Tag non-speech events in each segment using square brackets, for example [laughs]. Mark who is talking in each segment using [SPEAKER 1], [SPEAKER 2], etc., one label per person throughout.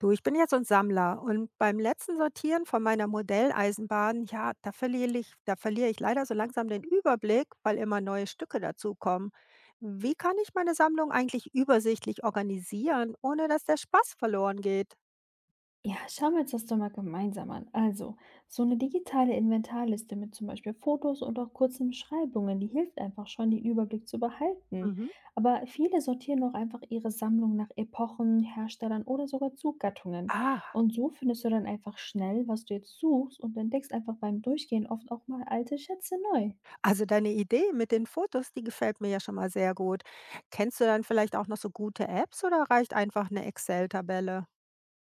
[SPEAKER 1] Du, ich bin jetzt so ein Sammler und beim letzten Sortieren von meiner Modelleisenbahn, ja, da verliere ich leider so langsam den Überblick, weil immer neue Stücke dazukommen. Wie kann ich meine Sammlung eigentlich übersichtlich organisieren, ohne dass der Spaß verloren geht?
[SPEAKER 2] Ja, schauen wir uns das doch mal gemeinsam an. Also, so eine digitale Inventarliste mit zum Beispiel Fotos und auch kurzen Beschreibungen, die hilft einfach schon, den Überblick zu behalten.
[SPEAKER 1] Mhm.
[SPEAKER 2] Aber viele sortieren auch einfach ihre Sammlung nach Epochen, Herstellern oder sogar Zuggattungen.
[SPEAKER 1] Ah,
[SPEAKER 2] Und so findest du dann einfach schnell, was du jetzt suchst und entdeckst einfach beim Durchgehen oft auch mal alte Schätze neu.
[SPEAKER 1] also deine Idee mit den Fotos, die gefällt mir ja schon mal sehr gut. Kennst du dann vielleicht auch noch so gute Apps oder reicht einfach eine Excel-Tabelle?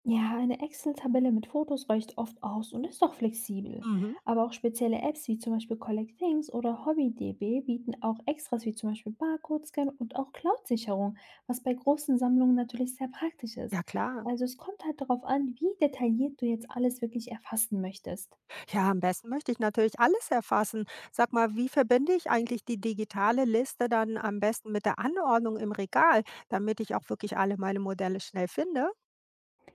[SPEAKER 2] Ja, eine Excel-Tabelle mit Fotos reicht oft aus und ist auch flexibel.
[SPEAKER 1] Mhm.
[SPEAKER 2] Aber auch spezielle Apps wie zum Beispiel Collect Things oder HobbyDB bieten auch Extras wie zum Beispiel Barcode-Scan und auch Cloud-Sicherung, was bei großen Sammlungen natürlich sehr praktisch ist.
[SPEAKER 1] Ja, klar.
[SPEAKER 2] Also es kommt halt darauf an, wie detailliert du jetzt alles wirklich erfassen möchtest.
[SPEAKER 1] Ja, am besten möchte ich natürlich alles erfassen. Sag mal, wie verbinde ich eigentlich die digitale Liste dann am besten mit der Anordnung im Regal, damit ich auch wirklich alle meine Modelle schnell finde?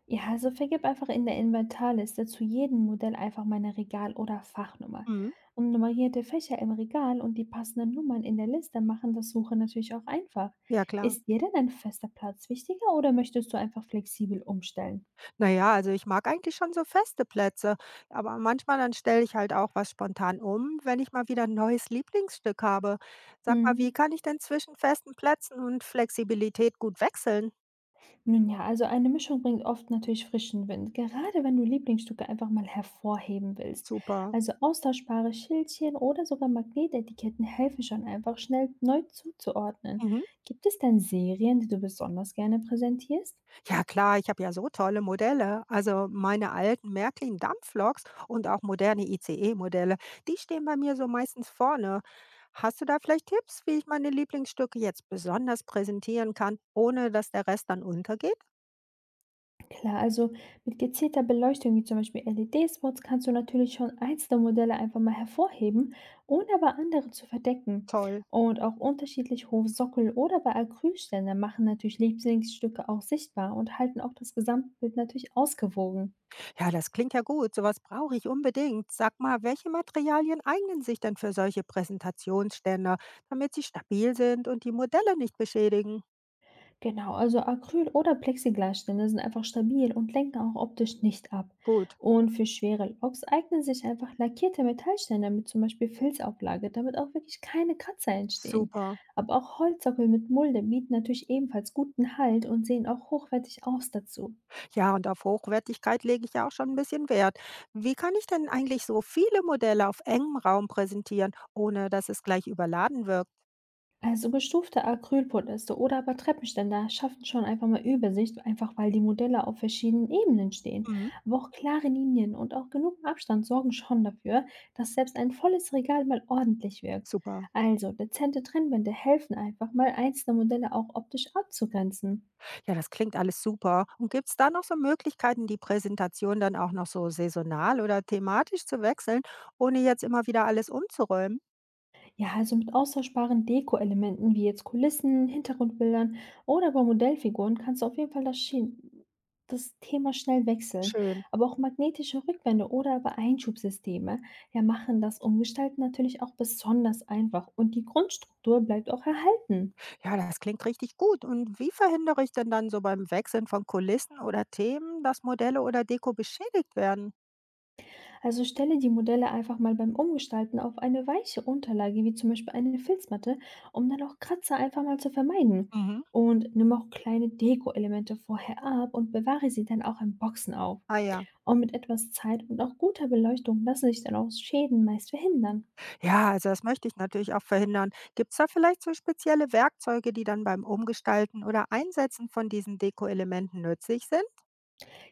[SPEAKER 2] Ja, also vergib einfach in der Inventarliste zu jedem Modell einfach meine Regal- oder Fachnummer.
[SPEAKER 1] Mhm.
[SPEAKER 2] Und nummerierte Fächer im Regal und die passenden Nummern in der Liste machen das Suchen natürlich auch einfach.
[SPEAKER 1] Ja, klar.
[SPEAKER 2] Ist dir denn ein fester Platz wichtiger oder möchtest du einfach flexibel umstellen?
[SPEAKER 1] Naja, also ich mag eigentlich schon so feste Plätze, aber manchmal dann stelle ich halt auch was spontan um, wenn ich mal wieder ein neues Lieblingsstück habe. Sag mal, wie
[SPEAKER 2] Mhm.
[SPEAKER 1] kann ich denn zwischen festen Plätzen und Flexibilität gut wechseln?
[SPEAKER 2] Nun ja, also eine Mischung bringt oft natürlich frischen Wind, gerade wenn du Lieblingsstücke einfach mal hervorheben willst.
[SPEAKER 1] Super.
[SPEAKER 2] Also austauschbare Schildchen oder sogar Magnetetiketten helfen schon einfach schnell neu zuzuordnen.
[SPEAKER 1] Mhm.
[SPEAKER 2] Gibt es denn Serien, die du besonders gerne präsentierst?
[SPEAKER 1] Ja klar, ich habe ja so tolle Modelle. Also meine alten Märklin-Dampfloks und auch moderne ICE-Modelle, die stehen bei mir so meistens vorne. Hast du da vielleicht Tipps, wie ich meine Lieblingsstücke jetzt besonders präsentieren kann, ohne dass der Rest dann untergeht?
[SPEAKER 2] Klar, also mit gezielter Beleuchtung, wie zum Beispiel LED-Spots, kannst du natürlich schon einzelne Modelle einfach mal hervorheben, ohne aber andere zu verdecken.
[SPEAKER 1] Toll.
[SPEAKER 2] Und auch unterschiedlich hohe Sockel oder bei Acrylständer machen natürlich Lieblingsstücke auch sichtbar und halten auch das Gesamtbild natürlich ausgewogen.
[SPEAKER 1] Ja, das klingt ja gut. Sowas brauche ich unbedingt. Sag mal, welche Materialien eignen sich denn für solche Präsentationsständer, damit sie stabil sind und die Modelle nicht beschädigen?
[SPEAKER 2] Genau, also Acryl- oder Plexiglasstände sind einfach stabil und lenken auch optisch nicht ab.
[SPEAKER 1] Gut.
[SPEAKER 2] Und für schwere Loks eignen sich einfach lackierte Metallstände mit zum Beispiel Filzauflage, damit auch wirklich keine Kratzer entstehen.
[SPEAKER 1] Super.
[SPEAKER 2] Aber auch Holzsockel mit Mulde bieten natürlich ebenfalls guten Halt und sehen auch hochwertig aus dazu.
[SPEAKER 1] Ja, und auf Hochwertigkeit lege ich ja auch schon ein bisschen Wert. Wie kann ich denn eigentlich so viele Modelle auf engem Raum präsentieren, ohne dass es gleich überladen wirkt?
[SPEAKER 2] Also gestufte Acrylpodeste oder aber Treppenständer schaffen schon einfach mal Übersicht, einfach weil die Modelle auf verschiedenen Ebenen stehen.
[SPEAKER 1] Mhm.
[SPEAKER 2] Aber auch klare Linien und auch genug Abstand sorgen schon dafür, dass selbst ein volles Regal mal ordentlich wirkt.
[SPEAKER 1] Super.
[SPEAKER 2] Also dezente Trennwände helfen einfach mal einzelne Modelle auch optisch abzugrenzen.
[SPEAKER 1] Ja, das klingt alles super. Und gibt es da noch so Möglichkeiten, die Präsentation dann auch noch so saisonal oder thematisch zu wechseln, ohne jetzt immer wieder alles umzuräumen?
[SPEAKER 2] Ja, also mit austauschbaren Deko-Elementen wie jetzt Kulissen, Hintergrundbildern oder aber Modellfiguren kannst du auf jeden Fall das Thema schnell wechseln.
[SPEAKER 1] Schön.
[SPEAKER 2] Aber auch magnetische Rückwände oder aber Einschubsysteme ja, machen das Umgestalten natürlich auch besonders einfach und die Grundstruktur bleibt auch erhalten.
[SPEAKER 1] Ja, das klingt richtig gut. Und wie verhindere ich denn dann so beim Wechseln von Kulissen oder Themen, dass Modelle oder Deko beschädigt werden?
[SPEAKER 2] Also stelle die Modelle einfach mal beim Umgestalten auf eine weiche Unterlage, wie zum Beispiel eine Filzmatte, um dann auch Kratzer einfach mal zu vermeiden.
[SPEAKER 1] Mhm.
[SPEAKER 2] Und nimm auch kleine Deko-Elemente vorher ab und bewahre sie dann auch in Boxen auf.
[SPEAKER 1] Ah ja.
[SPEAKER 2] Und mit etwas Zeit und auch guter Beleuchtung lassen sich dann auch Schäden meist verhindern.
[SPEAKER 1] Ja, also das möchte ich natürlich auch verhindern. Gibt es da vielleicht so spezielle Werkzeuge, die dann beim Umgestalten oder Einsetzen von diesen Dekoelementen nützlich sind?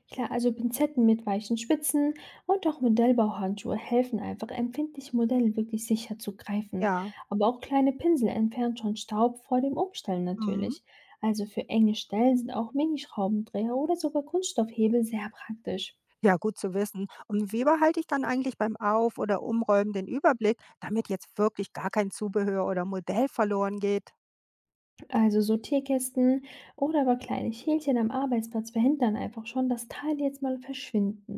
[SPEAKER 2] Klar, also Pinzetten mit weichen Spitzen und auch Modellbauhandschuhe helfen einfach, empfindliche Modelle wirklich sicher zu greifen.
[SPEAKER 1] Ja.
[SPEAKER 2] Aber auch kleine Pinsel entfernen schon Staub vor dem Umstellen
[SPEAKER 1] Mhm.
[SPEAKER 2] natürlich. Also für enge Stellen sind auch Minischraubendreher oder sogar Kunststoffhebel sehr praktisch.
[SPEAKER 1] Ja, gut zu wissen. Und wie behalte ich dann eigentlich beim Auf- oder Umräumen den Überblick, damit jetzt wirklich gar kein Zubehör oder Modell verloren geht?
[SPEAKER 2] Also Sortierkästen oder aber kleine Schälchen am Arbeitsplatz verhindern einfach schon, dass Teile jetzt mal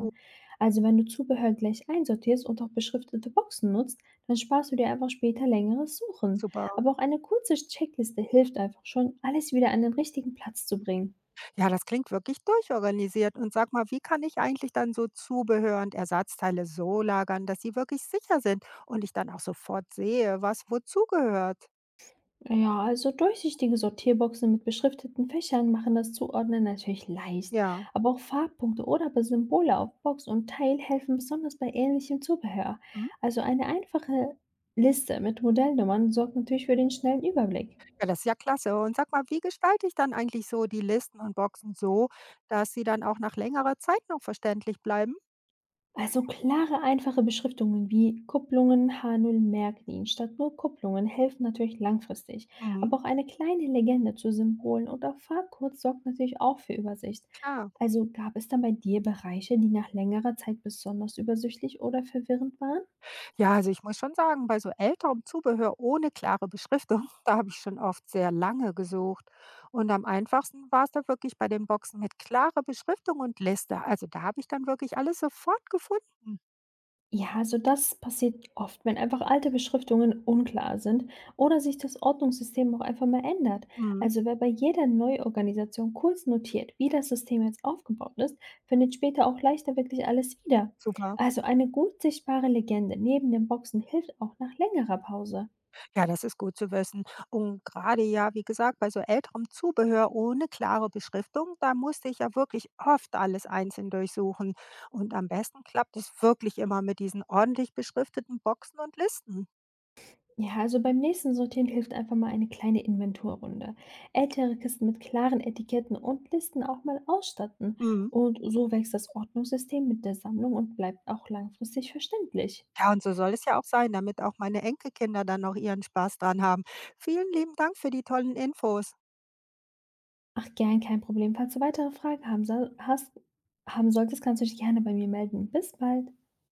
[SPEAKER 1] Oh,
[SPEAKER 2] Also wenn du Zubehör gleich einsortierst und auch beschriftete Boxen nutzt, dann sparst du dir einfach später längeres Suchen.
[SPEAKER 1] super.
[SPEAKER 2] Aber auch eine kurze Checkliste hilft einfach schon, alles wieder an den richtigen Platz zu bringen.
[SPEAKER 1] Ja, das klingt wirklich durchorganisiert. Und sag mal, wie kann ich eigentlich dann so Zubehör und Ersatzteile so lagern, dass sie wirklich sicher sind und ich dann auch sofort sehe, was wozu gehört?
[SPEAKER 2] Ja, also durchsichtige Sortierboxen mit beschrifteten Fächern machen das Zuordnen natürlich leicht,
[SPEAKER 1] Ja.
[SPEAKER 2] aber auch Farbpunkte oder Symbole auf Box und Teil helfen besonders bei ähnlichem Zubehör.
[SPEAKER 1] Mhm.
[SPEAKER 2] Also eine einfache Liste mit Modellnummern sorgt natürlich für den schnellen Überblick.
[SPEAKER 1] Ja, das ist ja klasse. Und sag mal, wie gestalte ich dann eigentlich so die Listen und Boxen so, dass sie dann auch nach längerer Zeit noch verständlich bleiben?
[SPEAKER 2] Also klare, einfache Beschriftungen wie Kupplungen H0 Märklin statt nur Kupplungen helfen natürlich langfristig.
[SPEAKER 1] Mhm,
[SPEAKER 2] Aber auch eine kleine Legende zu Symbolen oder Farbcodes sorgt natürlich auch für Übersicht.
[SPEAKER 1] klar.
[SPEAKER 2] Also gab es dann bei dir Bereiche, die nach längerer Zeit besonders übersichtlich oder verwirrend waren?
[SPEAKER 1] Ja, also ich muss schon sagen, bei so älterem Zubehör ohne klare Beschriftung, [laughs] da habe ich schon oft sehr lange gesucht. Und am einfachsten war es da wirklich bei den Boxen mit klarer Beschriftung und Liste. Also da habe ich dann wirklich alles sofort gefunden.
[SPEAKER 2] Ja, also das passiert oft, wenn einfach alte Beschriftungen unklar sind oder sich das Ordnungssystem auch einfach mal ändert.
[SPEAKER 1] Mhm,
[SPEAKER 2] Also wer bei jeder Neuorganisation kurz notiert, wie das System jetzt aufgebaut ist, findet später auch leichter wirklich alles wieder.
[SPEAKER 1] super.
[SPEAKER 2] Also eine gut sichtbare Legende neben den Boxen hilft auch nach längerer Pause.
[SPEAKER 1] Ja, das ist gut zu wissen. Und gerade ja, wie gesagt, bei so älterem Zubehör ohne klare Beschriftung, da musste ich ja wirklich oft alles einzeln durchsuchen. Und am besten klappt es wirklich immer mit diesen ordentlich beschrifteten Boxen und Listen.
[SPEAKER 2] Ja, also beim nächsten Sortieren hilft einfach mal eine kleine Inventurrunde. Ältere Kisten mit klaren Etiketten und Listen auch mal ausstatten.
[SPEAKER 1] Mhm.
[SPEAKER 2] Und so wächst das Ordnungssystem mit der Sammlung und bleibt auch langfristig verständlich.
[SPEAKER 1] Ja, und so soll es ja auch sein, damit auch meine Enkelkinder dann noch ihren Spaß dran haben. Vielen lieben Dank für die tollen Infos.
[SPEAKER 2] Ach, gern, kein Problem. Falls du weitere hast, haben solltest, kannst du dich gerne bei mir melden. Bis bald.